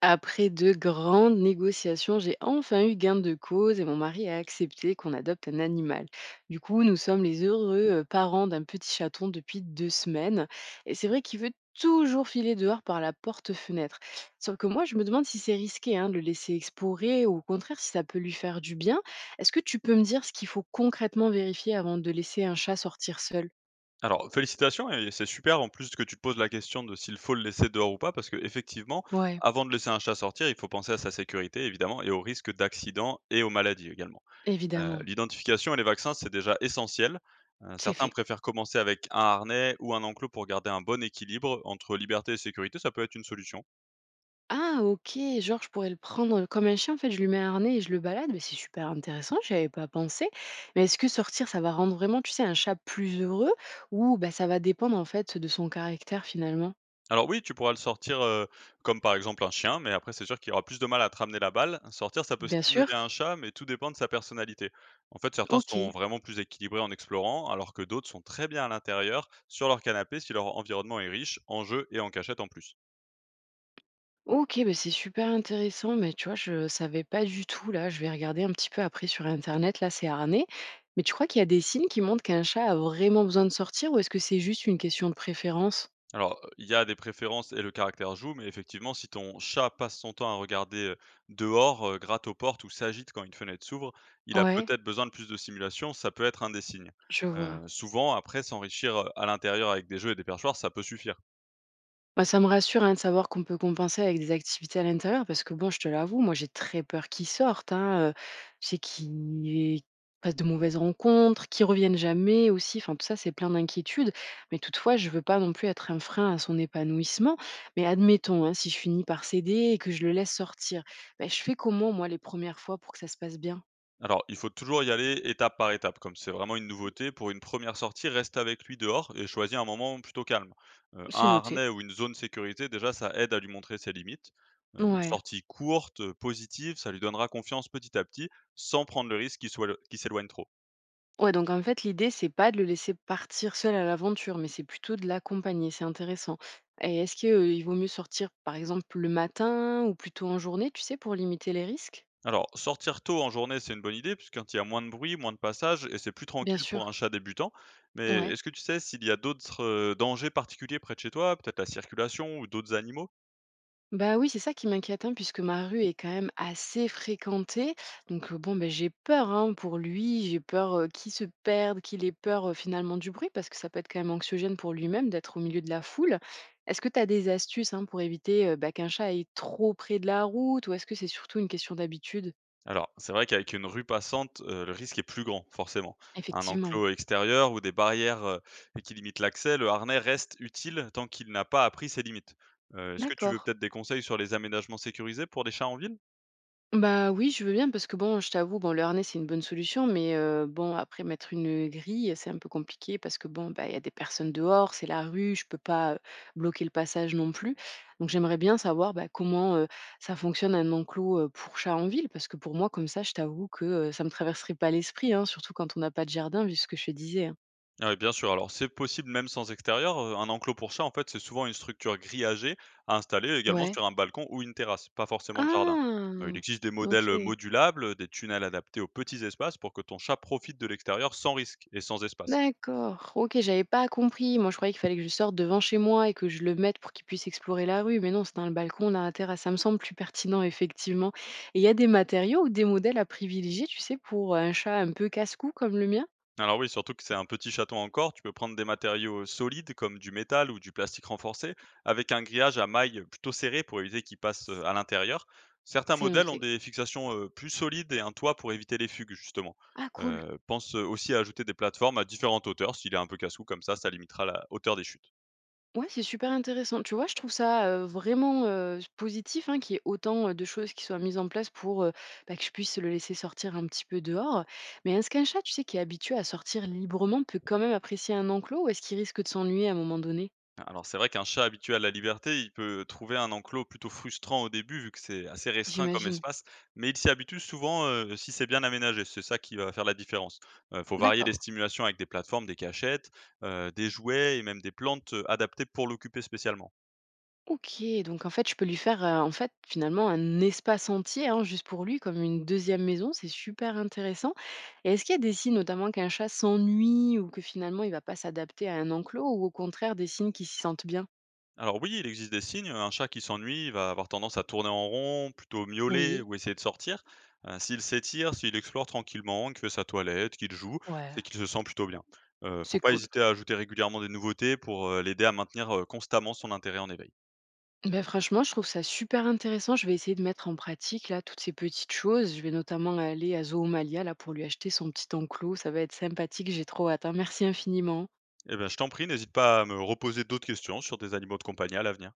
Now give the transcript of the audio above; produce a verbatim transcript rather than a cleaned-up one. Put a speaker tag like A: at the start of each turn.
A: Après de grandes négociations, j'ai enfin eu gain de cause et mon mari a accepté qu'on adopte un animal. Du coup, nous sommes les heureux euh, parents d'un petit chaton depuis deux semaines. Et c'est vrai qu'il veut toujours filer dehors par la porte-fenêtre. Sauf que moi, je me demande si c'est risqué hein, de le laisser explorer ou au contraire si ça peut lui faire du bien. Est-ce que tu peux me dire ce qu'il faut concrètement vérifier avant de laisser un chat sortir seul?
B: Alors, félicitations et c'est super en plus que tu te poses la question de s'il faut le laisser dehors ou pas, parce que effectivement,
A: Ouais,
B: avant de laisser un chat sortir, il faut penser à sa sécurité évidemment et aux risques d'accidents et aux maladies également. Heu,
A: évidemment.
B: l'identification et les vaccins, c'est déjà essentiel. Heu,
A: C'est
B: certains
A: fait.
B: préfèrent commencer avec un harnais ou un enclos pour garder un bon équilibre entre liberté et sécurité, ça peut être une solution.
A: Ah OK, genre je pourrais le prendre, comme un chien en fait, je lui mets un harnais et je le balade, mais c'est super intéressant, j'y avais pas pensé. Mais est-ce que sortir ça va rendre vraiment, tu sais, un chat plus heureux ou bah, ça va dépendre en fait de son caractère finalement?
B: Alors oui, tu pourras le sortir, heu, comme par exemple un chien, mais après c'est sûr qu'il aura plus de mal à te ramener la balle. Sortir, ça peut
A: Bien
B: stimuler
A: sûr?
B: un chat, mais tout dépend de sa personnalité. En fait, certains sont
A: OK.
B: vraiment plus équilibrés en explorant, alors que d'autres sont très bien à l'intérieur, sur leur canapé, si leur environnement est riche en jeux et en cachette en plus.
A: OK, bah, c'est super intéressant, mais tu vois, je savais pas du tout là, je vais regarder un petit peu après sur internet là, c'est harnais. Mais tu crois qu'il y a des signes qui montrent qu'un chat a vraiment besoin de sortir ou est-ce que c'est juste une question de préférence?
B: Alors, il y a des préférences et le caractère joue, mais effectivement, si ton chat passe son temps à regarder, heu, dehors, heu, gratte aux portes ou s'agite quand une fenêtre s'ouvre, il a
A: Ouais,
B: peut-être besoin de plus de stimulation, ça peut être un des signes.
A: je vois.
B: Heu, souvent après s'enrichir, heu, à l'intérieur avec des jeux et des perchoirs, ça peut suffire.
A: Bah, ça me rassure, hein, de savoir qu'on peut compenser avec des activités à l'intérieur parce que bon, je te l'avoue, moi, j'ai très peur qu'ils sortent, hein, heu, j'ai qu'ils fassent de mauvaises rencontres, qu'ils reviennent jamais aussi, enfin tout ça, c'est plein d'inquiétudes. Mais toutefois, je veux pas non plus être un frein à son épanouissement. Mais admettons, hein, si je finis par céder et que je le laisse sortir, bah, je fais comment moi les premières fois pour que ça se passe bien?
B: Alors, il faut toujours y aller étape par étape, comme c'est vraiment une nouveauté. Pour une première sortie, reste avec lui dehors et choisis un moment plutôt calme. Euh, un
A: C'est noté.
B: harnais ou une zone sécurisée, déjà, ça aide à lui montrer ses limites. Euh, une
A: Ouais.
B: sortie courte, euh, positive, ça lui donnera confiance petit à petit, sans prendre le risque qu'il soit- qu'il s'éloigne trop.
A: Ouais, donc en fait, l'idée, c'est pas de le laisser partir seul à l'aventure, mais c'est plutôt de l'accompagner, c'est intéressant. Et est-ce que, euh, il vaut mieux sortir, par exemple, le matin ou plutôt en journée, tu sais, pour limiter les risques?
B: Alors, sortir tôt en journée, c'est une bonne idée, puisque quand il y a moins de bruit, moins de passage, et c'est plus
A: Bien
B: tranquille pour un
A: sûr,
B: chat débutant. Mais
A: ouais.
B: est-ce que tu sais s'il y a d'autres euh, dangers particuliers près de chez toi, peut-être la circulation ou d'autres animaux?
A: Bah oui, c'est ça qui m'inquiète, hein, puisque ma rue est quand même assez fréquentée. Donc euh, bon, ben, j'ai peur hein, pour lui, j'ai peur euh, qu'il se perde, qu'il ait peur euh, finalement du bruit, parce que ça peut être quand même anxiogène pour lui-même d'être au milieu de la foule. Est-ce que tu as des astuces hein, pour éviter euh, bah, qu'un chat aille trop près de la route, ou est-ce que c'est surtout une question d'habitude?
B: Alors, c'est vrai qu'avec une rue passante, heu, le risque est plus grand, forcément. Un
A: Effectivement.
B: enclos extérieur ou des barrières, heu, qui limitent l'accès, le harnais reste utile tant qu'il n'a pas appris ses limites. Heu, est-ce que tu veux
A: D'accord.
B: peut-être des conseils sur les aménagements sécurisés pour des chats en ville?
A: Bah oui, je veux bien parce que bon, je t'avoue, bon, le harnais, c'est une bonne solution, mais heu, bon, après mettre une grille, c'est un peu compliqué parce que bon, bah, il y a des personnes dehors, c'est la rue, je peux pas, heu, bloquer le passage non plus. Donc j'aimerais bien savoir, bah, comment, heu, ça fonctionne un enclos, heu, pour chat en ville? Parce que pour moi, comme ça, je t'avoue que, heu, ça me traverserait pas l'esprit, hein, surtout quand on n'a pas de jardin, vu ce que je te disais, hein.
B: Ah oui, bien sûr. Alors, c'est possible même sans extérieur. Heu, un enclos pour chat, en fait, c'est souvent une structure grillagée à installer également
A: Ouais.
B: sur un balcon ou une terrasse, pas forcément le jardin. Heu, il
A: Ah!
B: existe des modèles, euh,
A: OK.
B: modulables, des tunnels adaptés aux petits espaces pour que ton chat profite de l'extérieur sans risque et sans espace.
A: D'accord, OK, j'avais pas compris. Moi, je croyais qu'il fallait que je sorte devant chez moi et que je le mette pour qu'il puisse explorer la rue, mais non, c'est dans le balcon, on a la terrasse. Ça me semble plus pertinent, effectivement. Et il y a des matériaux ou des modèles à privilégier, tu sais, pour euh, un chat un peu casse-cou comme le mien?
B: Alors oui, surtout que c'est un petit château encore, tu peux prendre des matériaux solides comme du métal ou du plastique renforcé, avec un grillage à mailles plutôt serré pour éviter qu'il passe euh, à l'intérieur. Certains
A: C'est
B: modèles ont
A: noté.
B: des fixations euh, plus solides et un toit pour éviter les fugues, justement.
A: Ah cool.
B: Euh, pense euh, aussi à ajouter des plateformes à différentes hauteurs, s'il est un peu cassou, comme ça, ça limitera la hauteur des chutes.
A: Ouais, c'est super intéressant. Tu vois, je trouve ça, heu, vraiment, heu, positif, hein, qu'il y ait autant, heu, de choses qui soient mises en place pour, heu, bah, que je puisse le laisser sortir un petit peu dehors. Mais est-ce qu'un chat, tu sais, qui est habitué à sortir librement peut quand même apprécier un enclos ou est-ce qu'il risque de s'ennuyer à un moment donné?
B: Alors c'est vrai qu'un chat habitué à la liberté, il peut trouver un enclos plutôt frustrant au début vu que c'est assez restreint comme
A: J'imagine.
B: espace, mais il s'y habitue souvent euh, si c'est bien aménagé. C'est ça qui va faire la différence. Il faut varier
A: D'accord.
B: les stimulations avec des plateformes, des cachettes, euh, des jouets et même des plantes euh, adaptées pour l'occuper spécialement.
A: OK, donc en fait, je peux lui faire, heu, en fait, finalement, un espace entier, hein, juste pour lui, comme une deuxième maison. C'est super intéressant et est-ce qu'il y a des signes, notamment, qu'un chat s'ennuie ou que finalement il va pas s'adapter à un enclos ou au contraire des signes qu'il s'y sente bien?
B: Alors oui, il existe des signes. Un chat qui s'ennuie va avoir tendance à tourner en rond, plutôt miauler
A: Oui,
B: ou essayer de sortir. Euh, s'il s'étire, s'il explore tranquillement, qu'il fait sa toilette, qu'il joue,
A: ouais,
B: c'est qu'il se sent plutôt bien. Euh,
A: c'est
B: faut pas
A: cool.
B: hésiter à ajouter régulièrement des nouveautés pour euh, l'aider à maintenir euh, constamment son intérêt en éveil.
A: Ben franchement, je trouve ça super intéressant. Je vais essayer de mettre en pratique là toutes ces petites choses. Je vais notamment aller à Zoomalia là pour lui acheter son petit enclos. Ça va être sympathique. J'ai trop hâte, hein. Merci infiniment.
B: Eh ben, je t'en prie, n'hésite pas à me reposer d'autres questions sur des animaux de compagnie à l'avenir.